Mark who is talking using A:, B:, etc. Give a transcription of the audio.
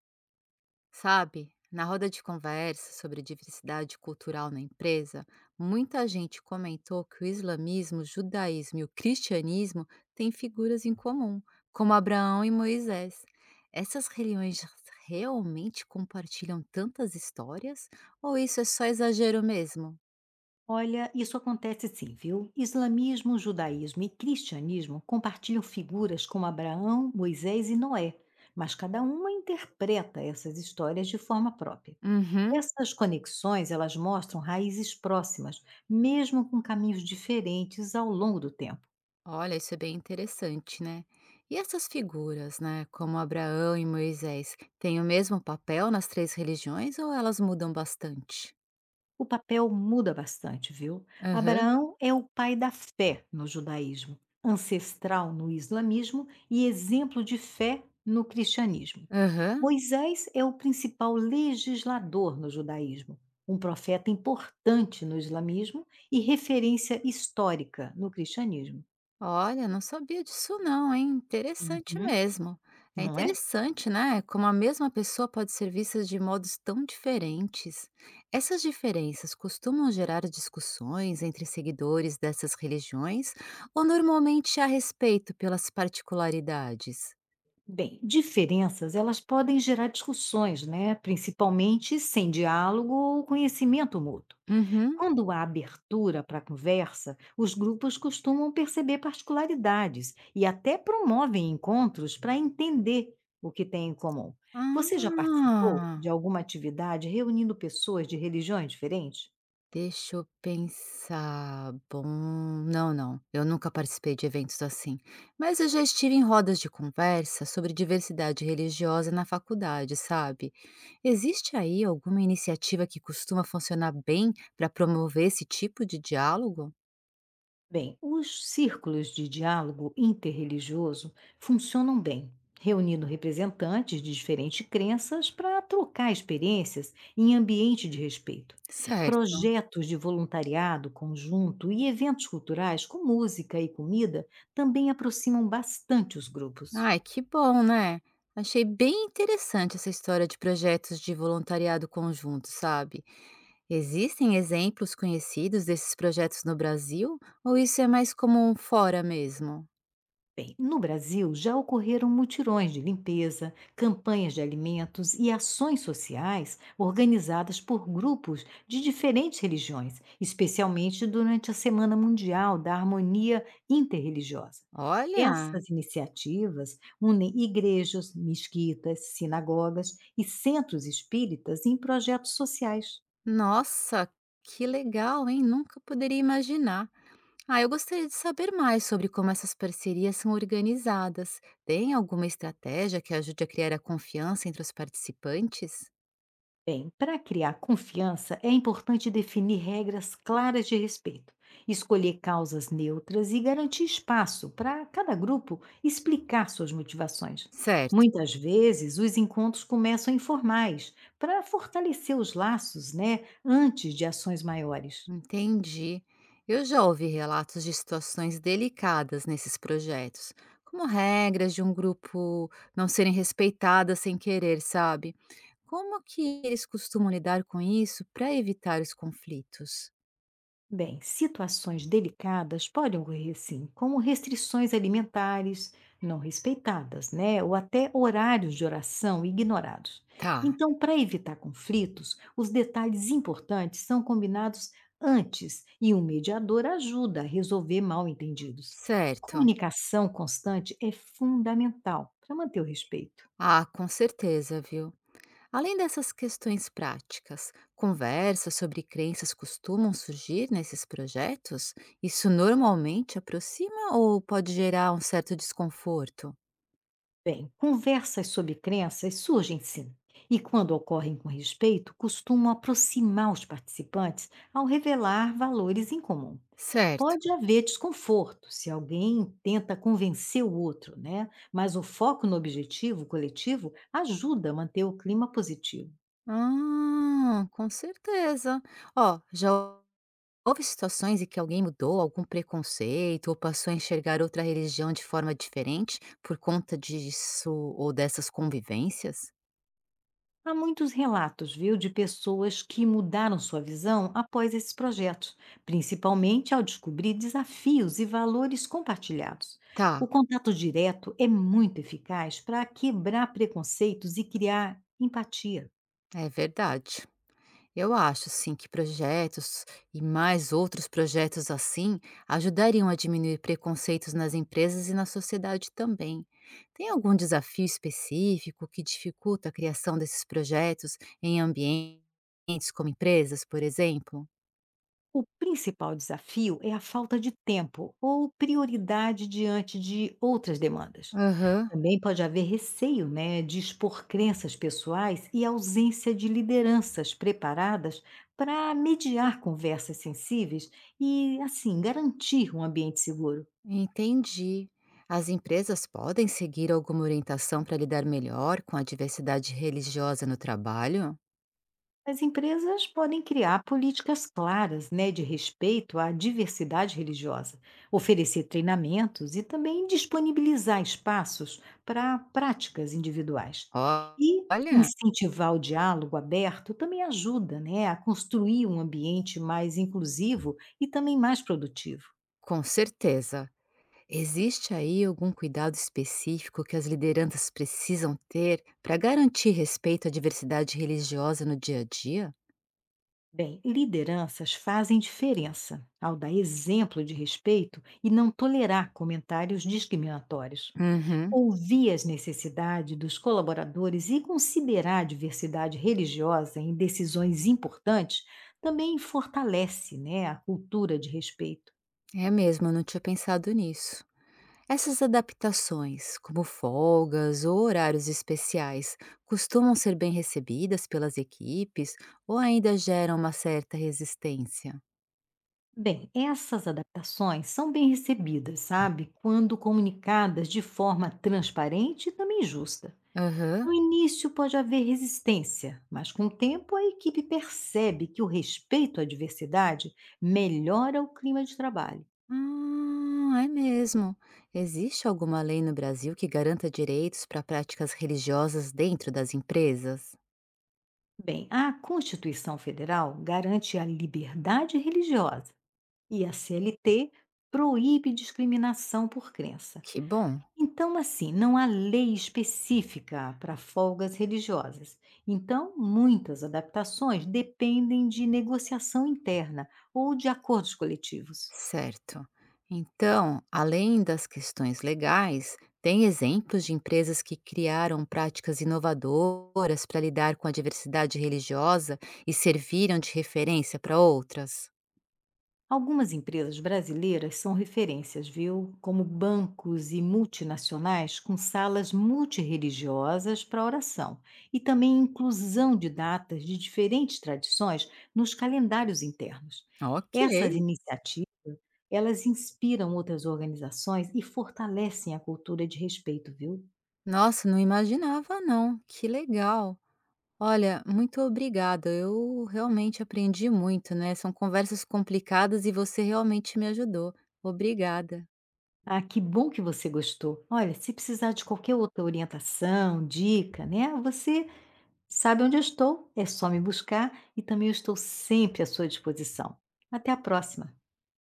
A: Sabe, na roda de conversa sobre diversidade cultural na empresa, muita gente comentou que o islamismo, o judaísmo e o cristianismo têm figuras em comum, como Abraão e Moisés. Essas religiões realmente compartilham tantas histórias? Ou isso é só exagero mesmo?
B: Olha, isso acontece sim, viu? Islamismo, judaísmo e cristianismo compartilham figuras como Abraão, Moisés e Noé, mas cada uma interpreta essas histórias de forma própria.
A: Uhum.
B: Essas conexões, elas mostram raízes próximas, mesmo com caminhos diferentes ao longo do tempo.
A: Olha, isso é bem interessante, né? E essas figuras, né, como Abraão e Moisés, têm o mesmo papel nas três religiões ou elas mudam bastante?
B: O papel muda bastante, viu?
A: Aham,
B: Abraão é o pai da fé no judaísmo, ancestral no islamismo e exemplo de fé no cristianismo.
A: aham.
B: Moisés é o principal legislador no judaísmo, um profeta importante no islamismo e referência histórica no cristianismo.
A: Olha, não sabia disso não, hein, interessante
B: Uhum,
A: mesmo. É
B: não é?
A: interessante, né, como a mesma pessoa pode ser vista de modos tão diferentes. Essas diferenças costumam gerar discussões entre seguidores dessas religiões ou normalmente há respeito pelas particularidades?
B: Diferenças elas podem gerar discussões, né? Principalmente sem diálogo ou conhecimento mútuo.
A: Uhum.
B: Quando há abertura para conversa, os grupos costumam perceber particularidades e até promovem encontros para entender o que tem em comum. Você já participou
A: Ah.
B: de alguma atividade reunindo pessoas de religiões diferentes?
A: Deixa eu pensar. Bom, não, eu nunca participei de eventos assim, mas eu já estive em rodas de conversa sobre diversidade religiosa na faculdade, sabe? Existe aí alguma iniciativa que costuma funcionar bem para promover esse tipo de diálogo?
B: Os círculos de diálogo interreligioso funcionam bem, reunindo representantes de diferentes crenças para trocar experiências em ambiente de respeito.
A: Certo.
B: Projetos de voluntariado conjunto e eventos culturais com música e comida também aproximam bastante os grupos.
A: Ai, que bom, né? Achei bem interessante essa história de projetos de voluntariado conjunto, sabe? Existem exemplos conhecidos desses projetos no Brasil ou isso é mais comum fora mesmo?
B: No Brasil já ocorreram mutirões de limpeza, campanhas de alimentos e ações sociais organizadas por grupos de diferentes religiões, especialmente durante a Semana Mundial da Harmonia Interreligiosa.
A: Olha,
B: Essas iniciativas unem igrejas, mesquitas, sinagogas e centros espíritas em projetos sociais.
A: nossa, que legal, hein? Nunca poderia imaginar. Ah, eu gostaria de saber mais sobre como essas parcerias são organizadas. Tem alguma estratégia que ajude a criar a confiança entre os participantes?
B: Para criar confiança é importante definir regras claras de respeito, escolher causas neutras e garantir espaço para cada grupo explicar suas motivações.
A: Certo.
B: Muitas vezes, os encontros começam informais para fortalecer os laços, né, antes de ações maiores.
A: Entendi. Eu já ouvi relatos de situações delicadas nesses projetos, como regras de um grupo não serem respeitadas sem querer, sabe? Como que eles costumam lidar com isso para evitar os conflitos?
B: Situações delicadas podem ocorrer sim, como restrições alimentares não respeitadas, né? Ou até horários de oração ignorados.
A: Tá,
B: Então, para evitar conflitos, os detalhes importantes são combinados antes e um mediador ajuda a resolver mal-entendidos.
A: certo.
B: Comunicação constante é fundamental para manter o respeito.
A: Ah, com certeza, viu? Além dessas questões práticas, conversas sobre crenças costumam surgir nesses projetos? Isso normalmente aproxima ou pode gerar um certo desconforto?
B: Conversas sobre crenças surgem sim, e quando ocorrem com respeito, costumam aproximar os participantes ao revelar valores em comum.
A: Certo.
B: Pode haver desconforto se alguém tenta convencer o outro, né? Mas o foco no objetivo coletivo ajuda a manter o clima positivo.
A: Ah, com certeza. Ó, já houve situações em que alguém mudou algum preconceito ou passou a enxergar outra religião de forma diferente por conta disso ou dessas convivências?
B: Há muitos relatos, viu, de pessoas que mudaram sua visão após esses projetos, principalmente ao descobrir desafios e valores compartilhados.
A: Tá,
B: O contato direto é muito eficaz para quebrar preconceitos e criar empatia.
A: é verdade. Eu acho sim que projetos e mais outros projetos assim ajudariam a diminuir preconceitos nas empresas e na sociedade também. Tem algum desafio específico que dificulta a criação desses projetos em ambientes como empresas, por exemplo?
B: O principal desafio é a falta de tempo ou prioridade diante de outras demandas.
A: Aham,
B: Também pode haver receio, né, de expor crenças pessoais e ausência de lideranças preparadas para mediar conversas sensíveis e, assim, garantir um ambiente seguro.
A: entendi. As empresas podem seguir alguma orientação para lidar melhor com a diversidade religiosa no trabalho?
B: As empresas podem criar políticas claras, né, de respeito à diversidade religiosa, oferecer treinamentos e também disponibilizar espaços para práticas individuais.
A: Ó-
B: E
A: Olha,
B: incentivar o diálogo aberto também ajuda, né, a construir um ambiente mais inclusivo e também mais produtivo.
A: com certeza. Existe aí algum cuidado específico que as lideranças precisam ter para garantir respeito à diversidade religiosa no dia a dia?
B: Lideranças fazem diferença ao dar exemplo de respeito e não tolerar comentários discriminatórios.
A: Uhum,
B: Ouvir as necessidades dos colaboradores e considerar a diversidade religiosa em decisões importantes também fortalece, né, a cultura de respeito.
A: é mesmo, eu não tinha pensado nisso. Essas adaptações, como folgas ou horários especiais, costumam ser bem recebidas pelas equipes ou ainda geram uma certa resistência?
B: Essas adaptações são bem recebidas, sabe? Quando comunicadas de forma transparente e também justa.
A: Aham.
B: No início pode haver resistência, mas com o tempo a equipe percebe que o respeito à diversidade melhora o clima de trabalho.
A: Ah, é mesmo. Existe alguma lei no Brasil que garanta direitos para práticas religiosas dentro das empresas?
B: A Constituição Federal garante a liberdade religiosa e a CLT proíbe discriminação por crença.
A: Que bom,
B: Então, assim, não há lei específica para folgas religiosas. Então, muitas adaptações dependem de negociação interna ou de acordos coletivos.
A: certo. Então, além das questões legais, tem exemplos de empresas que criaram práticas inovadoras para lidar com a diversidade religiosa e serviram de referência para outras?
B: Algumas empresas brasileiras são referências, viu? Como bancos e multinacionais com salas multirreligiosas para oração e também inclusão de datas de diferentes tradições nos calendários internos.
A: Ok.
B: Essas iniciativas, elas inspiram outras organizações e fortalecem a cultura de respeito, viu?
A: Nossa, não imaginava não. Que legal. Olha, muito obrigada. Eu realmente aprendi muito, né? São conversas complicadas e você realmente me ajudou. Obrigada.
B: Ah, que bom que você gostou. Olha, se precisar de qualquer outra orientação, dica, né? Você sabe onde eu estou? É só me buscar e também eu estou sempre à sua disposição. Até a próxima!